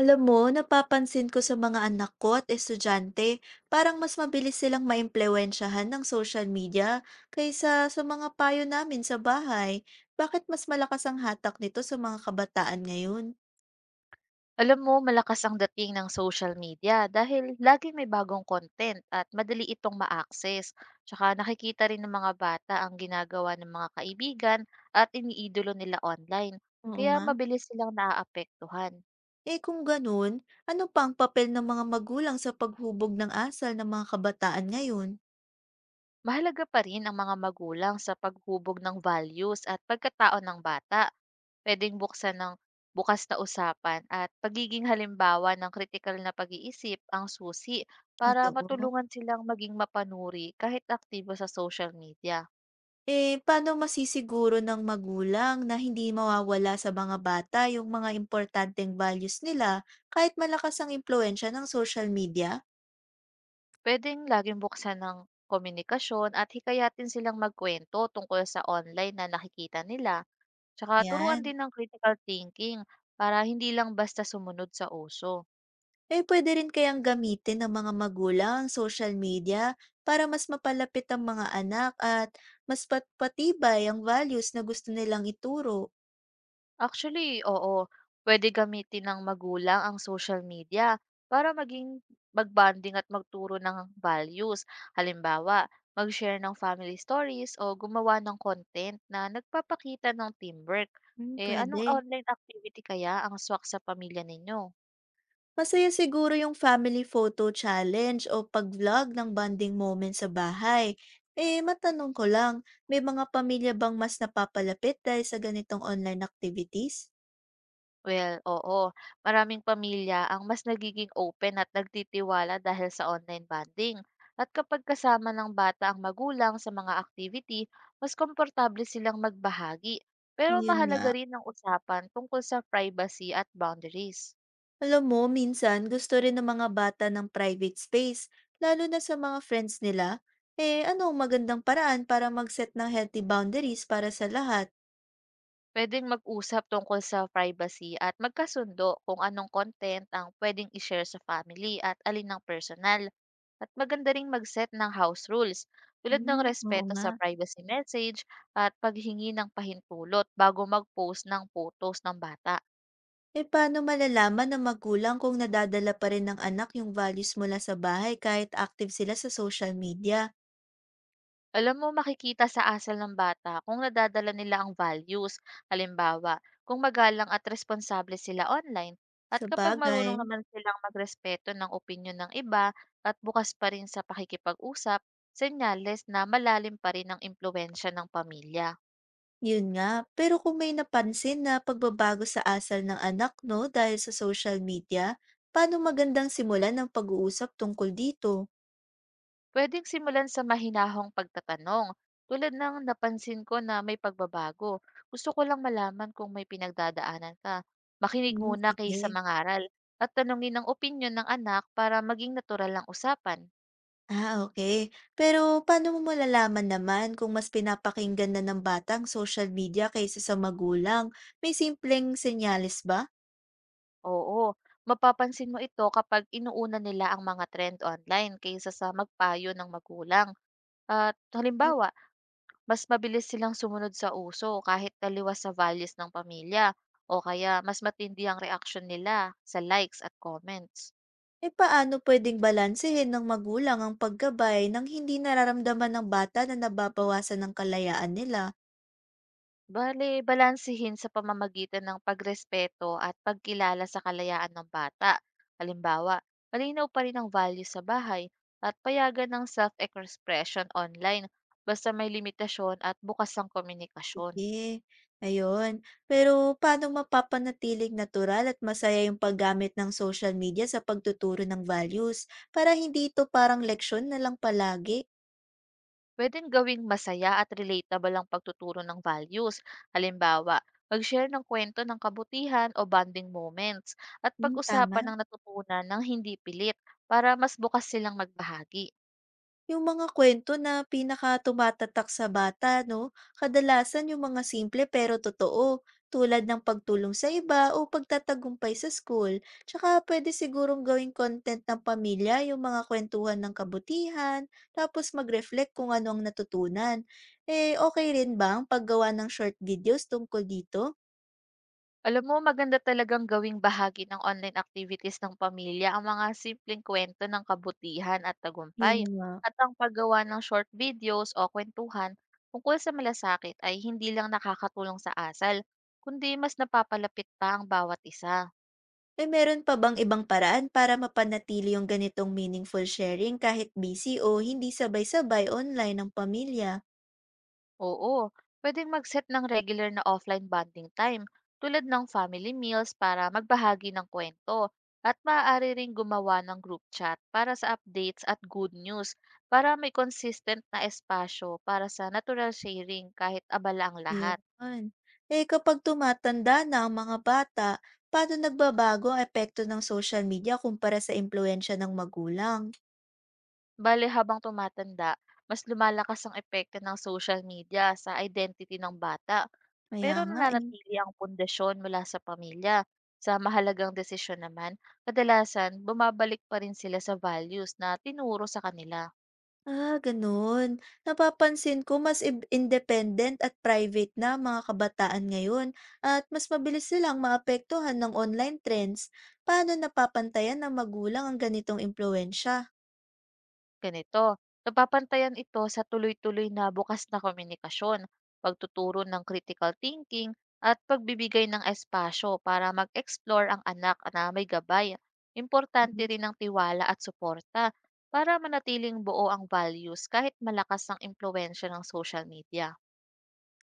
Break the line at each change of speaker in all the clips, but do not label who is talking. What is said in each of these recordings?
Alam mo, napapansin ko sa mga anak ko at estudyante, parang mas mabilis silang maimpluwensyahan ng social media kaysa sa mga payo namin sa bahay. Bakit mas malakas ang hatak nito sa mga kabataan ngayon?
Alam mo, malakas ang dating ng social media dahil laging may bagong content at madali itong ma-access. Tsaka nakikita rin ng mga bata ang ginagawa ng mga kaibigan at iniidolo nila online.
Oo
Kaya
nga.
mabilis silang naaapektuhan.
Eh kung ganun, ano pa ang papel ng mga magulang sa paghubog ng asal ng mga kabataan ngayon?
Mahalaga pa rin ang mga magulang sa paghubog ng values at pagkatao ng bata. Puwedeng buksan ng bukas na usapan at pagiging halimbawa ng kritikal na pag-iisip ang susi para
Totoo.
matulungan silang maging mapanuri kahit aktibo sa social media.
Eh, paano masisiguro ng magulang na hindi mawawala sa mga bata yung mga importanteng values nila kahit malakas ang impluensya ng social media?
Pwedeng laging buksan ng komunikasyon at hikayatin silang magkwento tungkol sa online na nakikita nila. Tsaka turuan
Yan.
din ng critical thinking para hindi lang basta sumunod sa uso.
Eh, pwede rin kayang gamitin ng mga magulang ang social media para mas mapalapit ang mga anak at mas patpatibay ang values na gusto nilang ituro.
Actually, oo. Pwede gamitin ng magulang ang social media para maging magbanding at magturo ng values. Halimbawa, mag-share ng family stories o gumawa ng content na nagpapakita ng teamwork.
Hmm,
Eh, anong
pwede.
online activity kaya ang swak sa pamilya ninyo?
Masaya siguro yung family photo challenge o pag-vlog ng bonding moment sa bahay. Eh, matanong ko lang, may mga pamilya bang mas napapalapit dahil sa ganitong online activities?
Well, oo. Maraming pamilya ang mas nagiging open at nagtitiwala dahil sa online bonding. At kapag kasama ng bata ang magulang sa mga activity, mas komportable silang magbahagi. Pero
Ayun nga.
mahalaga rin ang usapan tungkol sa privacy at boundaries.
Alam mo, minsan gusto rin ng mga bata ng private space, lalo na sa mga friends nila. Eh, ano ang magandang paraan para mag-set ng healthy boundaries para sa lahat?
Puwedeng mag-usap tungkol sa privacy at magkasundo kung anong content ang puwedeng i-share sa family at alin ang personal. At maganda ring mag-set ng house rules tulad ng
Hmm, oo
respeto
nga.
sa privacy message at paghingi ng pahintulot bago mag-post ng photos ng bata.
Eh, paano malalaman ng magulang kung nadadala pa rin ng anak yung values mula sa bahay kahit active sila sa social media?
Alam mo, makikita sa asal ng bata kung nadadala nila ang values. Halimbawa, kung magalang at responsable sila online, at
Sa
kapag marunong
sabagay,
naman silang magrespeto ng opinyon ng iba at bukas pa rin sa pakikipag-usap, senyales na malalim pa rin ang impluensya ng pamilya.
yun nga. Pero kung may napansin na pagbabago sa asal ng anak, no, dahil sa social media, paano magandang simulan ng pag-uusap tungkol dito?
Pwedeng simulan sa mahinahong pagtatanong. Tulad ng napansin ko na may pagbabago. Gusto ko lang malaman kung may pinagdadaanan ka. Makinig
Hmm,
muna kaysa
sige.
mangaral at tanungin ang opinyon ng anak para maging natural ang usapan.
Ah, okay. Pero paano mo malalaman naman kung mas pinapakinggan na ng batang social media kaysa sa magulang? May simpleng senyales ba?
Oo, mapapansin mo ito kapag inuuna nila ang mga trend online kaysa sa magpayo ng magulang. At halimbawa, mas mabilis silang sumunod sa uso kahit taliwas sa values ng pamilya o kaya mas matindi ang reaksyon nila sa likes at comments.
Eh, paano puwedeng balansehin ng magulang ang paggabay nang hindi nararamdaman ng bata na nababawasan ng kalayaan nila?
Bale, balansehin sa pamamagitan ng pagrespeto at pagkilala sa kalayaan ng bata. Halimbawa, malinaw pa rin ang values sa bahay at payagan ng self-expression online basta may limitasyon at bukas ang komunikasyon.
Sige, ayun. Pero paano mapapanatiling natural at masaya yung paggamit ng social media sa pagtuturo ng values para hindi ito parang leksyon na lang palagi?
Puwedeng gawing masaya at relatable ang pagtuturo ng values. Halimbawa, mag-share ng kwento ng kabutihan o bonding moments at
Hmm,
pag-usapan
tama.
ng natutunan ng hindi pilit para mas bukas silang magbahagi.
Yung mga kwento na pinaka-tumatatak sa bata 'no, kadalasan yung mga simple pero totoo, tulad ng pagtulong sa iba o pagtatagumpay sa school. Tsaka puwede sigurong gawing content ng pamilya yung mga kuwentuhan ng kabutihan, tapos mag-reflect kung ano ang natutunan. Eh, okay rin ba ang paggawa ng short videos tungkol dito?
Alam mo, maganda talagang gawing bahagi ng online activities ng pamilya ang mga simpleng kwento ng kabutihan at
Yun
tagumpay.
nga.
At ang paggawa ng short videos o kwentuhan tungkol sa malasakit ay hindi lang nakakatulong sa asal, kundi mas napapalapit pa ang bawat isa.
Eh, meron pa bang ibang paraan para mapanatili yung ganitong meaningful sharing kahit busy o hindi sabay-sabay online ang pamilya?
Oo, pwedeng mag-set ng regular na offline bonding time tulad ng family meals para magbahagi ng kwento at maaari ring gumawa ng group chat para sa updates at good news para may consistent na espasyo para sa natural sharing kahit abala ang lahat.
Yun. Eh, kapag tumatanda na ang mga bata, paano nagbabago ang epekto ng social media kumpara sa impluensya ng magulang?
Bale habang tumatanda, mas lumalakas ang epekto ng social media sa identity ng bata.
Kaya
Pero
nga eh.
nananatili ang pundasyon mula sa pamilya. Sa mahalagang desisyon naman, kadalasan bumabalik pa rin sila sa values na tinuro sa kanila.
Ah, gano'n. Napapansin ko mas independent at private na ang mga kabataan ngayon at mas mabilis silang maapektuhan ng online trends. Paano napapantayan ng magulang ang ganitong impluwensya?
Ganito, napapantayan ito sa tuloy-tuloy na bukas na komunikasyon, pagtuturo ng critical thinking, at pagbibigay ng espasyo para mag-explore ang anak na may gabay. Importante
Mhm.
rin ang tiwala at suporta para manatiling buo ang values kahit malakas ang impluensya ng social media.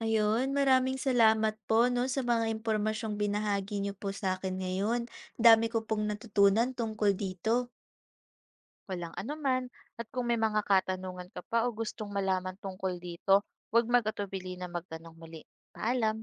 Ayun, maraming salamat po no sa mga impormasyong binahagi niyo po sa akin ngayon. Dami ko pong natutunan tungkol dito.
Walang anuman, at kung may mga katanungan ka pa o gustong malaman tungkol dito, huwag mag-atubili na magtanong muli. Paalam!